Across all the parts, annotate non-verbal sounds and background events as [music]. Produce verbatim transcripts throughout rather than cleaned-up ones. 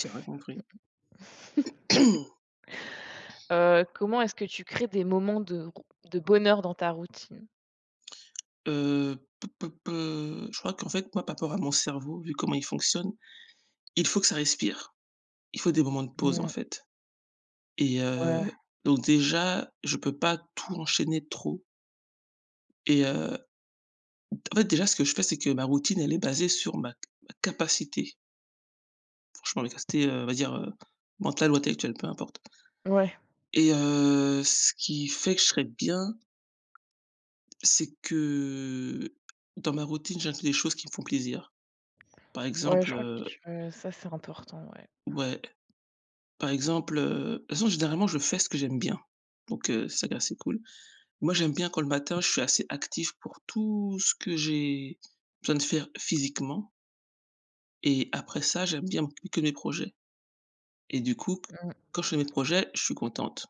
J'ai rien compris. [laughs] [clears throat] Heu, comment est-ce que tu crées des moments de rou de bonheur dans ta routine? Heu, p p p Je crois qu'en fait, moi, par rapport à mon cerveau, vu comment il fonctionne, il faut que ça respire. Il faut des moments de pause, en Mmh, fait et ouais, heu, donc déjà, je peux pas tout enchaîner trop et heu, en fait, déjà, ce que je fais, c'est que ma routine, elle est basée sur ma ma capacité, franchement, mes capacités, heu, on va dire, heu, mentales ou intellectuelles, peu importe ouais, et heu, ce qui fait que je serais bien, c'est que dans ma routine, j'inclus des choses qui me font plaisir. Par ouais, je exemple, crois heu que euh, ça, c'est important, ouais. ouais. Par exemple, heu, de toute façon, généralement, je fais ce que j'aime bien, donc heu, c'est ça qui est assez cool. Moi, j'aime bien quand le matin, je suis assez actif pour tout ce que j'ai besoin de faire physiquement et après ça, j'aime bien m'occuper que de mes projets et du coup, q Mmh. quand je fais mes projets, je suis contente,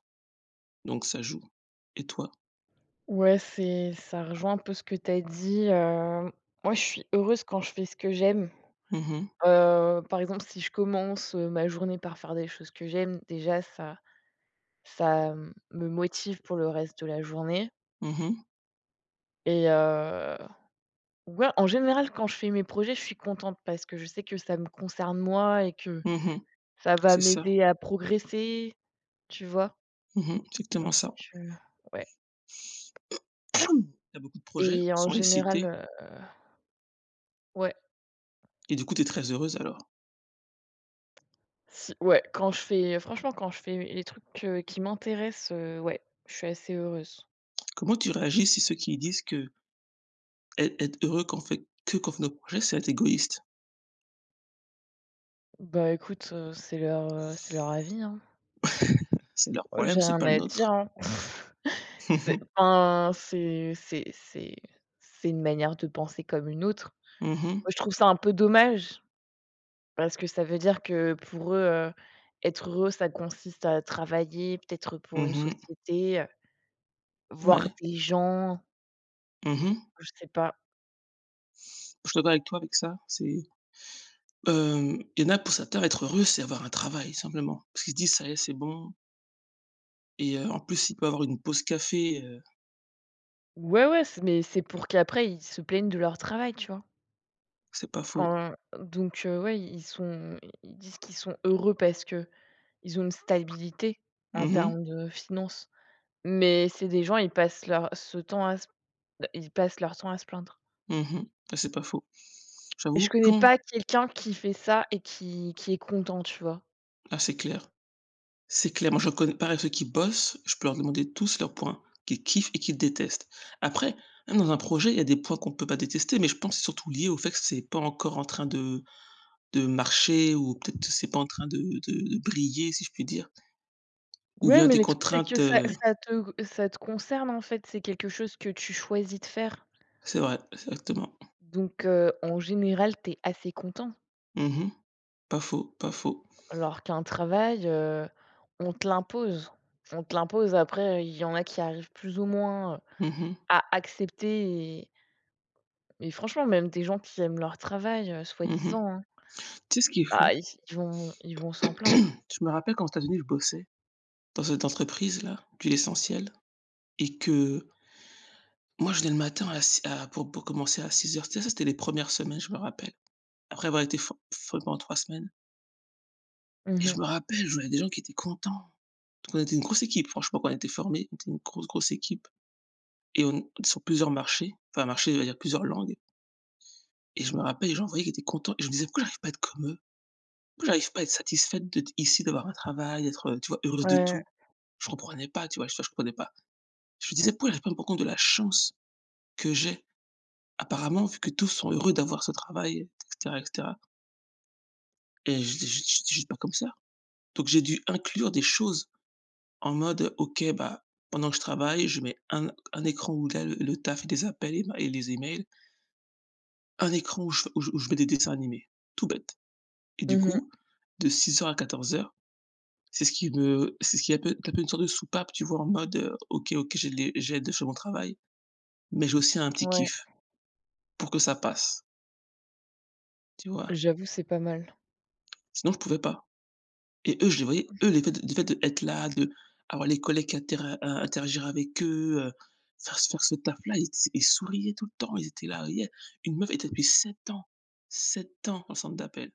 donc ça joue et toi? Ouais, c'est ça rejoint un peu ce que tu as dit, heu, moi, je suis heureuse quand je fais ce que j'aime. Mmh mh. Heu, par exemple, si je commence, heu, ma journée par faire des choses que j'aime, déjà, ça ça euh, me motive pour le reste de la journée, Mmh mh. et euh, ouais, en général, quand je fais mes projets, je suis contente parce que je sais que ça me concerne moi et que Mmh mh. ça va C'est ça. m'aider à progresser, tu vois? Mmh mh. Exactement ça. Je Ouais, Tu as beaucoup de projets, et en sans les général, citer heu, ouais, et du coup, tu es très heureuse alors? si, ouais, quand je fais franchement, quand je fais les trucs, heu, qui m'intéressent, heu, ouais, je suis assez heureuse. Comment tu réagis si ceux qui disent que, être être heureux quand on fait que quand on fait nos projets, c'est être égoïste? Bah, écoute, heu, c'est leur, heu, c'est leur avis, hein. C'est leur Moi, j'ai problème, c'est rien pas le à dire, nôtre. hein. [laughs] C'est enfin, c'est c'est c'est c'est une manière de penser comme une autre. Mmh mh. Moi, je trouve ça un peu dommage. Parce que ça veut dire que pour eux, heu, être heureux, ça consiste à travailler peut-être pour une Mmh mh. société, heu, voir Ouais. des gens, Mmh mh. je sais pas. Je suis d'accord avec toi avec ça. C'est, hem, il y en a pour certains être heureux, c'est avoir un travail simplement. Parce qu'ils se disent: «Ça y est, c'est bon» et heu, en plus, ils peuvent avoir une pause café, heu, Ouais, ouais, c'est mais c'est pour qu'après ils se plaignent de leur travail, tu vois? c'est pas faux. Quand donc heu, ouais, ils sont ils disent qu'ils sont heureux parce qu'ils ont une stabilité en Mmh mh. termes de finances. Mais c'est des gens, ils passent leur ce temps à se ils passent leur temps à se plaindre. Mmh mh. Ah, c'est pas faux. Je J'avoue connais quand pas quelqu'un qui fait ça et qui qui est content, tu vois? Ah, c'est clair. C'est clair. Moi, je reconnais pareil ceux qui bossent, je peux leur demander tous leurs points qu'ils kiffent et qu'ils détestent. Après, même dans un projet, il y a des points qu'on peut pas détester, mais je pense c'est surtout lié au fait que c'est pas encore en train de de marché ou peut-être c'est pas en train de de de briller si je puis dire ou Ouais, bien mais des le truc, c'est que contraintes, ça heu ça te ça te concerne, en fait, c'est quelque chose que tu choisis de faire. c'est vrai, exactement. Donc, heu, en général, tu es assez content. Mmh. Pas faux, pas faux. Alors qu'un travail, heu, on te l'impose. On te l'impose, après, il y en a qui arrivent plus ou moins Mmh mh. à accepter et et franchement, même des gens qui aiment leur travail, heu, Mmh. soi-disant, hein, Tu sais ce qui est bah, fou? ils ils vont ils vont s'en [clears throat] plaindre. Je me rappelle qu'aux États-Unis, je bossais dans cette entreprise-là, du l'essentiel et que moi, je venais le matin à si à pour pour commencer à six heures. Ça, c'était les premières semaines, je me rappelle. Après avoir été for formé pendant trois semaines et je Mmh. me rappelle, je voyais des gens qui étaient contents. Donc on était une grosse équipe, franchement, qu'on était formés, on était une grosse, grosse équipe. Et on sur plusieurs marchés, enfin marchés, je veux dire plusieurs langues et je me rappelle, les gens, voyaient qu'ils étaient contents et je me disais: «Pourquoi j'arrive pas à être comme eux? Pourquoi j'arrive pas à être satisfaite d'être ici, d'avoir un travail, d'être, heu, tu vois, heureuse de Ouais. tout?» Je comprenais pas, tu vois? Je Enfin, je comprenais pas. Je me disais: «Pourquoi j'arrive pas à me rendre compte de la chance que j'ai?» Apparemment, vu que tous sont heureux d'avoir ce travail et cetera et cetera et j'étais juste j'étais juste pas comme ça. Donc j'ai dû inclure des choses en mode: «OK, bah, pendant que je travaille, je mets un un écran où là le le taf et des appels et ma et les emails. Un écran où je où je où je mets des dessins animés, tout bête et du Mmh. coup, de six heures à quatorze heures c'est ce qui me c'est ce qui est un peu un peu une sorte de soupape, tu vois? En mode, heu: «OK, OK, j'ai les j'ai de je mon travail, mais j'ai aussi un petit Ouais. kiff pour que ça passe», tu vois? J'avoue, c'est pas mal. Sinon, je pouvais pas et eux, je les voyais, eux, le fait de le fait d'être là, de avoir les collègues qui intera in interagir avec eux, heu, faire ce faire ce taf-là, ils s ils souriaient tout le temps, ils étaient là, yeah. Une meuf était depuis sept ans, sept ans dans le centre d'appel.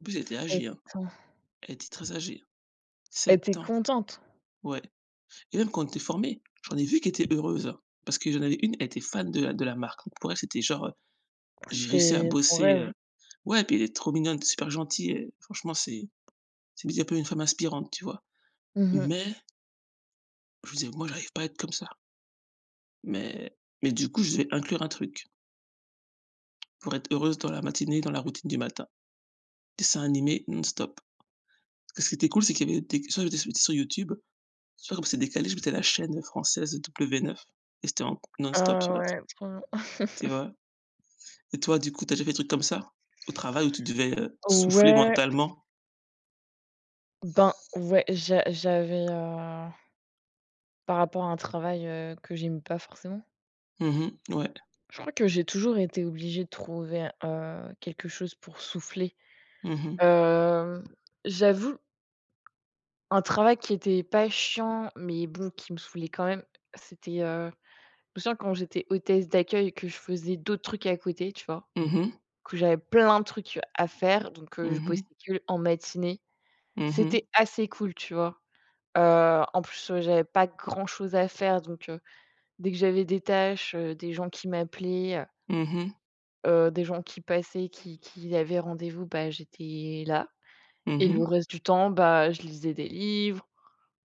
En plus, elle était âgée, hein, sept ans elle était très âgée. et tu Sept ans, contente. ouais et même quand on était formés, j'en ai vu qui étaient heureuses, hein, parce que j'en avais une, elle était fan de la de la marque. Donc pour elle, c'était genre, heu: «J'ai réussi à C'était son bosser, rêve. heu» ouais, puis elle est trop mignonne, super gentille et franchement, c'est c'est un peu une femme inspirante, tu vois? Mmh. Mais je me disais: «Moi, j'arrive pas à être comme ça». Mais mais du coup, je devais inclure un truc pour être heureuse dans la matinée, dans la routine du matin. Dessin animé non-stop. Parce que ce qui était cool, c'est qu'il y avait des soit j'étais j'étais sur YouTube, soit comme c'est décalé, je mettais la chaîne française double vé neuf et c'était en non-stop, sur Ah, la ouais, trop bien. tu vois? Et toi, du coup, tu as déjà fait des trucs comme ça? Au travail où tu devais, heu, souffler Ouais, mentalement? ben, ouais, j'a j'avais, heu, par rapport à un travail, heu, que j'aime pas forcément. Mmh mh, ouais. Je crois que j'ai toujours été obligée de trouver, heu, quelque chose pour souffler. Mmh mh. Hem, J'avoue, un travail qui était pas chiant, mais bon, qui me saoulait quand même, c'était, heu, je me souviens quand j'étais hôtesse d'accueil que je faisais d'autres trucs à côté, tu vois? Mmh mh. Que j'avais plein de trucs à faire, donc heu, Mmh je bossais mh. que en matinée. Mmh mh. C'était assez cool, tu vois? Heu, en plus, heu, j'avais pas grand-chose à faire donc heu, dès que j'avais des tâches, heu, des gens qui m'appelaient, heu Mmh mh. des gens qui passaient, qui qui avaient rendez-vous, bah, j'étais là et le Mmh. reste du temps, bah, je lisais des livres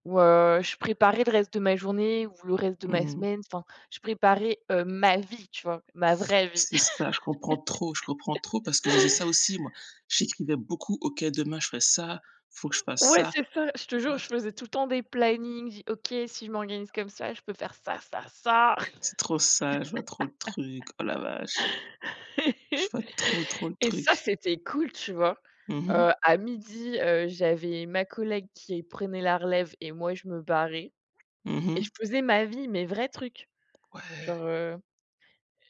ou heu, je préparais le reste de ma journée ou le reste de ma semaine. Enfin, je préparais, heu, ma vie, tu vois? Ma vraie vie. C'est [laughs] ça, je comprends trop, je comprends trop parce que je faisais ça aussi moi. J'écrivais beaucoup: «OK, demain je fais ça, faut que je fasse Ouais, ça». c'est ça, je te Ouais, jure, je faisais tout le temps des plannings. Je dis: «OK, si je m'organise comme ça, je peux faire ça, ça, ça». c'est trop ça, je vois trop le truc. Oh la vache! Je vois [laughs] trop, trop le Et ça, truc. c'était cool, tu vois? Mmh mh. Heu, à midi, heu, j'avais ma collègue qui prenait la relève et moi, je me barrais Mmh et mh. je faisais ma vie, mes vrais trucs. Ouais. Genre, heu,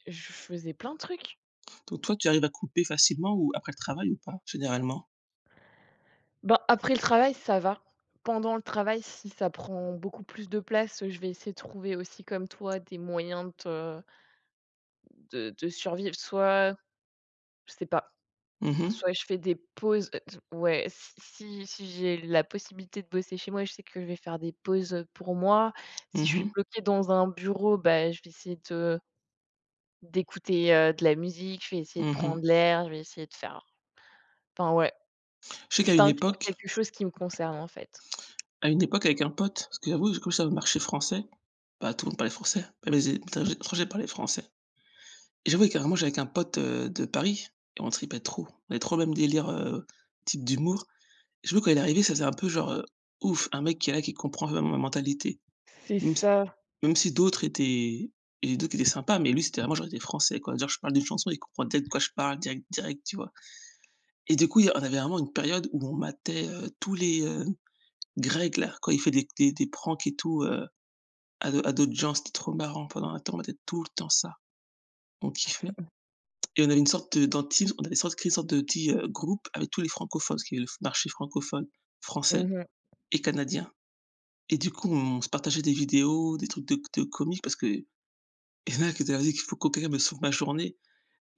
je faisais plein de trucs. Donc toi, tu arrives à couper facilement ou après le travail ou pas, généralement? Bah, après le travail, ça va. Pendant le travail, si ça prend beaucoup plus de place, je vais essayer de trouver aussi comme toi des moyens de de de survivre. Soit, je sais pas. Mmh mh. Soit je fais des pauses, heu, t ouais, si si si j'ai la possibilité de bosser chez moi, je sais que je vais faire des pauses, heu, pour moi. Si je Mmh suis mh. bloquée dans un bureau, bah, je vais essayer de d'écouter, heu, de la musique, je vais essayer de Mmh mh. prendre l'air, je vais essayer de faire enfin, ouais, Je sais qu'à une d'inclure époque quelque chose qui me concerne, en fait. à une époque avec un pote, parce que j'avoue, comme j'étais dans le marché français, pas tout le monde parlait français, même les é les étrangers parlaient français et j'avoue, carrément, j'étais avec un pote, heu, de Paris et on tripait trop. On avait trop le même délire, heu, type d'humour. Et Je me quand il est arrivé, ça faisait un peu genre, heu: «Ouf, un mec qui est là, qui comprend vraiment ma mentalité». C'est Même si ça. Même si d'autres étaient et d'autres étaient sympas, mais lui, c'était vraiment genre des français, quoi. Genre, je parle d'une chanson, il comprend direct de quoi je parle, direct direct, tu vois? Et du coup, il y a on avait vraiment une période où on matait, heu, tous les, euh, Greg, là, quand il fait des, des, des pranks et tout euh, à, à d'autres gens, c'était trop marrant. Pendant un temps, on était tout le temps ça. On kiffait. Et on avait une sorte de, dans Teams, on avait sorte, créé une sorte de petit euh, groupe avec tous les francophones, parce qu'il y avait le marché francophone, français Mmh mh. et canadien. Et du coup, on, on se partageait des vidéos, des trucs de, de comiques, parce que il y en a qui étaient dit qu'il faut que quelqu'un me sauve ma journée.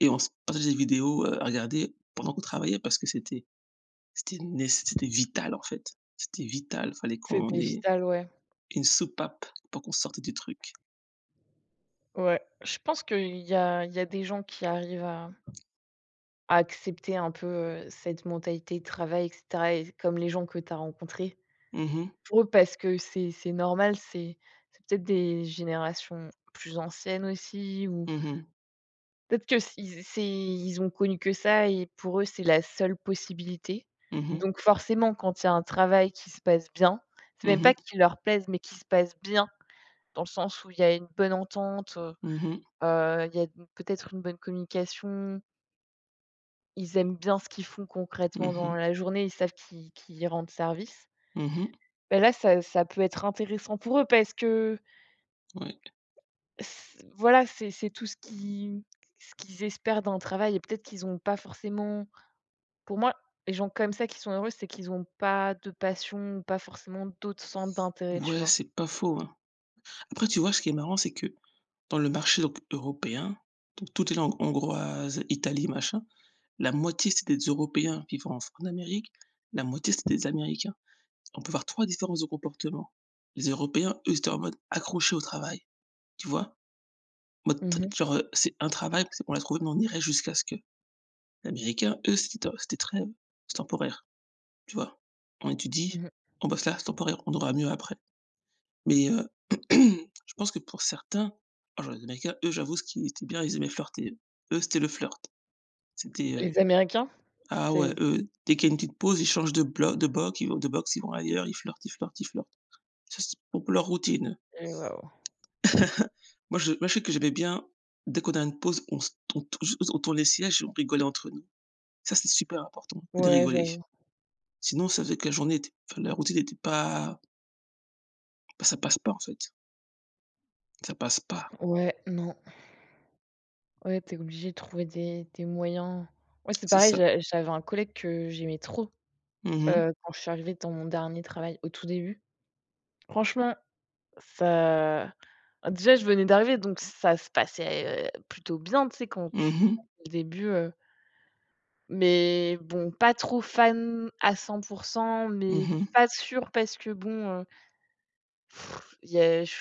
Et on se partageait des vidéos euh, à regarder pendant qu'on travaillait, parce que c'était, c'était, né- c'était vital, en fait. C'était vital. Fallait qu'on C'était ait vital, ouais. une soupape pour qu'on sorte du truc. Ouais, je pense qu'il y a il y a des gens qui arrivent à à accepter un peu, heu, cette mentalité de travail et cetera et comme les gens que tu as rencontrés. Mhm. Pour eux, parce que c'est c'est normal, c'est c'est peut-être des générations plus anciennes aussi ou Mhm. peut-être que s ils c'est ils ont connu que ça et pour eux, c'est la seule possibilité. Mhm. Donc forcément, quand il y a un travail qui se passe bien, c'est même pas Mhm. qui leur plaise, mais qui se passe bien, dans le sens où il y a une bonne entente, heu, Mhm. Mhm. Mmh. heu, il y a d peut-être une bonne communication, ils aiment bien ce qu'ils font Mmh. concrètement dans Mmh. la journée, ils savent qu'ils qu'ils rendent service. Mmh. Bah là, ça ça peut être intéressant pour eux parce que Ouais. C voilà, c'est c'est tout ce qui ce qu'ils espèrent d'un travail et peut-être qu'ils n'ont pas forcément pour moi, les gens comme ça qui sont heureux, c'est qu'ils n'ont pas de passion ou pas forcément d'autres centres d'intérêt, tu Ouais, vois? c'est pas faux, hein. Après, tu vois, ce qui est marrant, c'est que dans le marché donc européen, donc toutes les langues hongroises, Italie, machin, la moitié, c'est des Européens vivant en en Amérique, la moitié, c'est des Américains. On peut voir trois différences de comportement. Les Européens, eux, ils étaient en mode accrochés au travail, tu vois? Mode Mmh tr mh. genre, heu, c'est un travail, c'est on l'a trouvé, mais on irait jusqu'à ce que. L'américain, eux, c'était, c'était très, euh, c'est temporaire. Tu vois? On étudie, Mmh. on bosse là, c'est temporaire, on aura mieux après. Mais, heu, [clears throat] je pense que pour certains, oh genre les Américains, eux, j'avoue, ce qui était bien, ils aimaient flirter, eux. Eux, c'était le flirt. C'était, heu, Les Américains? ah C'est ouais, eux, dès qu'il y a une petite pause, ils changent de blo de box, ils vont de box, ils vont ailleurs, ils flirtent, ils flirtent, ils flirtent. Ça, c'est pour leur routine. c'est waouh. Moi, je moi, je sais que j'aimais bien, dès qu'on a une pause, on se on tou on tourne les sièges et on rigolait entre nous. Ça, c'est super important de Ouais, rigoler. j'avoue. Sinon, ça faisait que la journée était enfin, la routine était pas bah, ça passe pas, en fait. Ça passe pas. Ouais, non. Ouais, t'es obligé de trouver des des moyens. Ouais, c'est C'est pareil, ça. j'a j'avais un collègue que j'aimais trop, Mmh mh. heu, quand je suis arrivée dans mon dernier travail, au tout début. Franchement, ça ah, déjà, je venais d'arriver, donc ça se passait, heu, plutôt bien, tu sais, quand tu Mmh mh. au début, heu, mais bon, pas trop fan à cent mais Mmh pas sûr parce que bon, heu, il y a je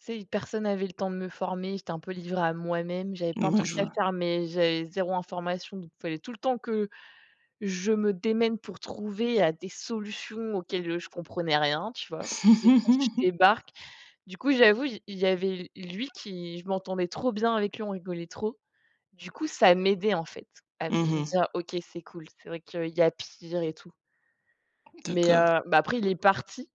tu sais, personne avait le temps de me former, j'étais un peu livrée à moi-même, j'avais mh. plein de Ouais, trucs je à vois. faire, mais j'avais zéro information, donc il fallait tout le temps que je me démène pour trouver, heu, des solutions auxquelles, je comprenais rien, tu vois? Et quand je [laughs] débarque du coup, j'avoue, il y avait lui qui je m'entendais trop bien avec lui, on rigolait trop. Du coup, ça m'aidait, en fait, à Mmh me mh. dire: «OK, c'est cool, c'est vrai qu'il y a pire et tout». Mais D'accord. heu, bah, après il est parti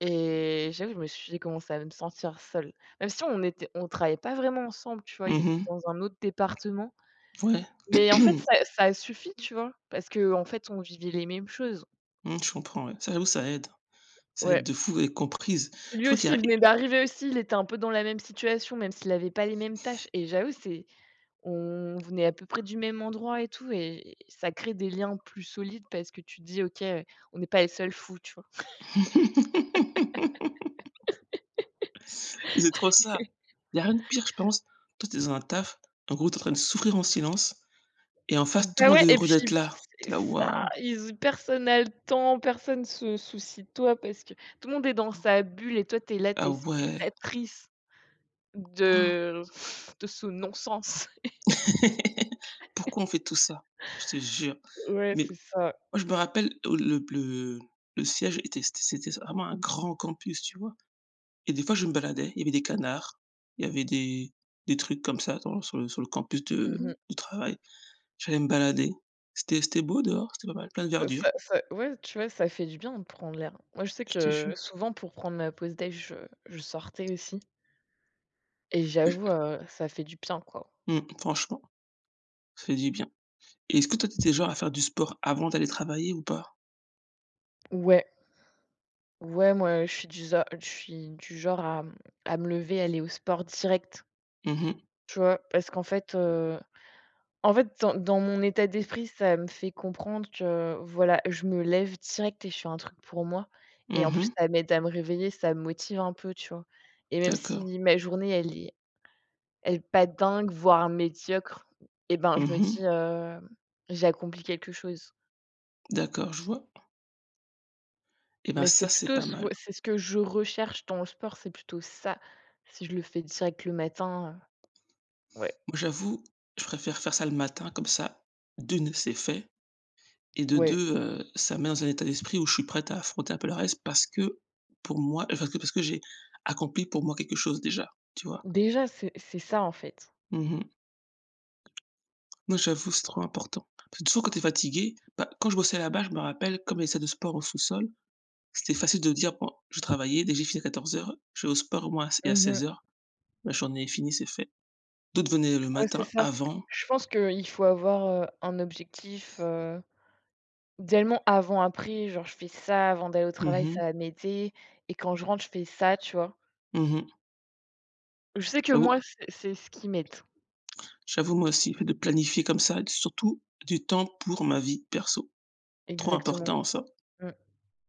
et j'avoue, je me suis j'ai commencé à me sentir seule. Même si on était on travaillait pas vraiment ensemble, tu vois? Il était Mmh dans un autre département. mh. Ouais. Mais en fait, [clears throat] ça ça a suffi, tu vois? Parce qu'en fait, on vivait les mêmes choses. Mmh, je comprends, ouais. Ça, j'avoue, ça aide. Ça aide Ouais. de fou à être comprise. Je Lui crois qu'il y aussi, il a venait d'arriver aussi, il était un peu dans la même situation, même s'il avait pas les mêmes tâches et j'avoue, c'est on venait à peu près du même endroit et tout et ça crée des liens plus solides parce que tu te dis: «OK, heu, on n'est pas les seuls fous», tu vois? [laughs] c'est trop ça. Il y a rien de pire, je pense. Toi, tu es dans un taf, en gros, tu es en train de souffrir en silence et en face, tout Bah, le monde ouais est et heureux puis d'être là. c'est Tu es là: ça, «Waouh! ils personne a le temps, personne se soucie de toi parce que tout le monde est dans sa bulle et toi, tu es là, tu Ah es ouais! spectatrice de de ce non-sens. [laughs] Pourquoi on fait tout ça?» Je te jure. Ouais, Mais c'est ça. moi, je me rappelle, au le le le siège était c'était c'était vraiment un grand campus, tu vois? Et des fois, je me baladais, il y avait des canards, il y avait des des trucs comme ça dans sur le sur le campus de Mmh mh. du travail. J'allais me balader. C'était c'était beau dehors, c'était pas mal, plein de verdure, Ça ça Ouais, tu vois, ça fait du bien de prendre l'air. Moi, je sais je te que jure. souvent pour prendre ma pause déj, heu, je sortais aussi et j'avoue, heu, ça fait du bien, quoi. Mmh, franchement, ça fait du bien. Et est-ce que toi, t'étais genre à faire du sport avant d'aller travailler ou pas? Ouais, ouais, moi, je suis du za je suis du genre à mmh, à me lever, aller au sport direct, Mhm. tu vois? Parce qu'en fait, heu, en fait, dans dans mon état d'esprit, ça me fait comprendre que, voilà, je me lève direct et je fais un truc pour moi et en plus, Mhm. ça m'aide à me réveiller, ça me motive un peu, tu vois? Et même D'accord. si ma journée, elle est Et pas dingue, voire médiocre, et ben, je me dis, Mhm. heu: «J'ai accompli quelque chose». D'accord, je vois. Et ben, Mais c'est ça, c'est plutôt pas ce mal. ouais, c'est ce que je recherche dans le sport, c'est plutôt ça. Si je le fais direct le matin, heu, ouais, Moi, j'avoue, je préfère faire ça le matin comme ça, d'un c'est fait. Et de ouais. deux, heu, ça me met dans un état d'esprit où je suis prête à affronter un peu le reste parce que pour moi parce que parce que j'ai accompli pour moi quelque chose déjà, tu vois? Déjà, c'est c'est ça, en fait. Mmh mh. Non, j'avoue, c'est trop important. Parce que souvent quand tu es fatigué, bah, quand je bossais là-bas, je me rappelle comme il y a une salle de sport en sous-sol, c'était facile de dire: «Bon, je vais travailler, dès que j'ai fini à quatorze heures, je vais au sport au moins et à Mmh mh. seize heures, ma journée est finie, c'est fait». D'autres venaient le Ouais, c'est matin ça. avant. Je pense qu'il faut avoir, heu, un objectif, heu, idéalement avant-après, genre: «Je fais ça avant d'aller au Mmh travail, ça mh. va m'aider et quand je rentre, je fais ça», tu vois? Mmh mh. Je sais que J'avoue moi, c'est c'est ce qui m'aide. j'avoue moi aussi, le fait de planifier comme ça, surtout du temps pour ma vie perso. Trop Exactement. important ça. Mmh.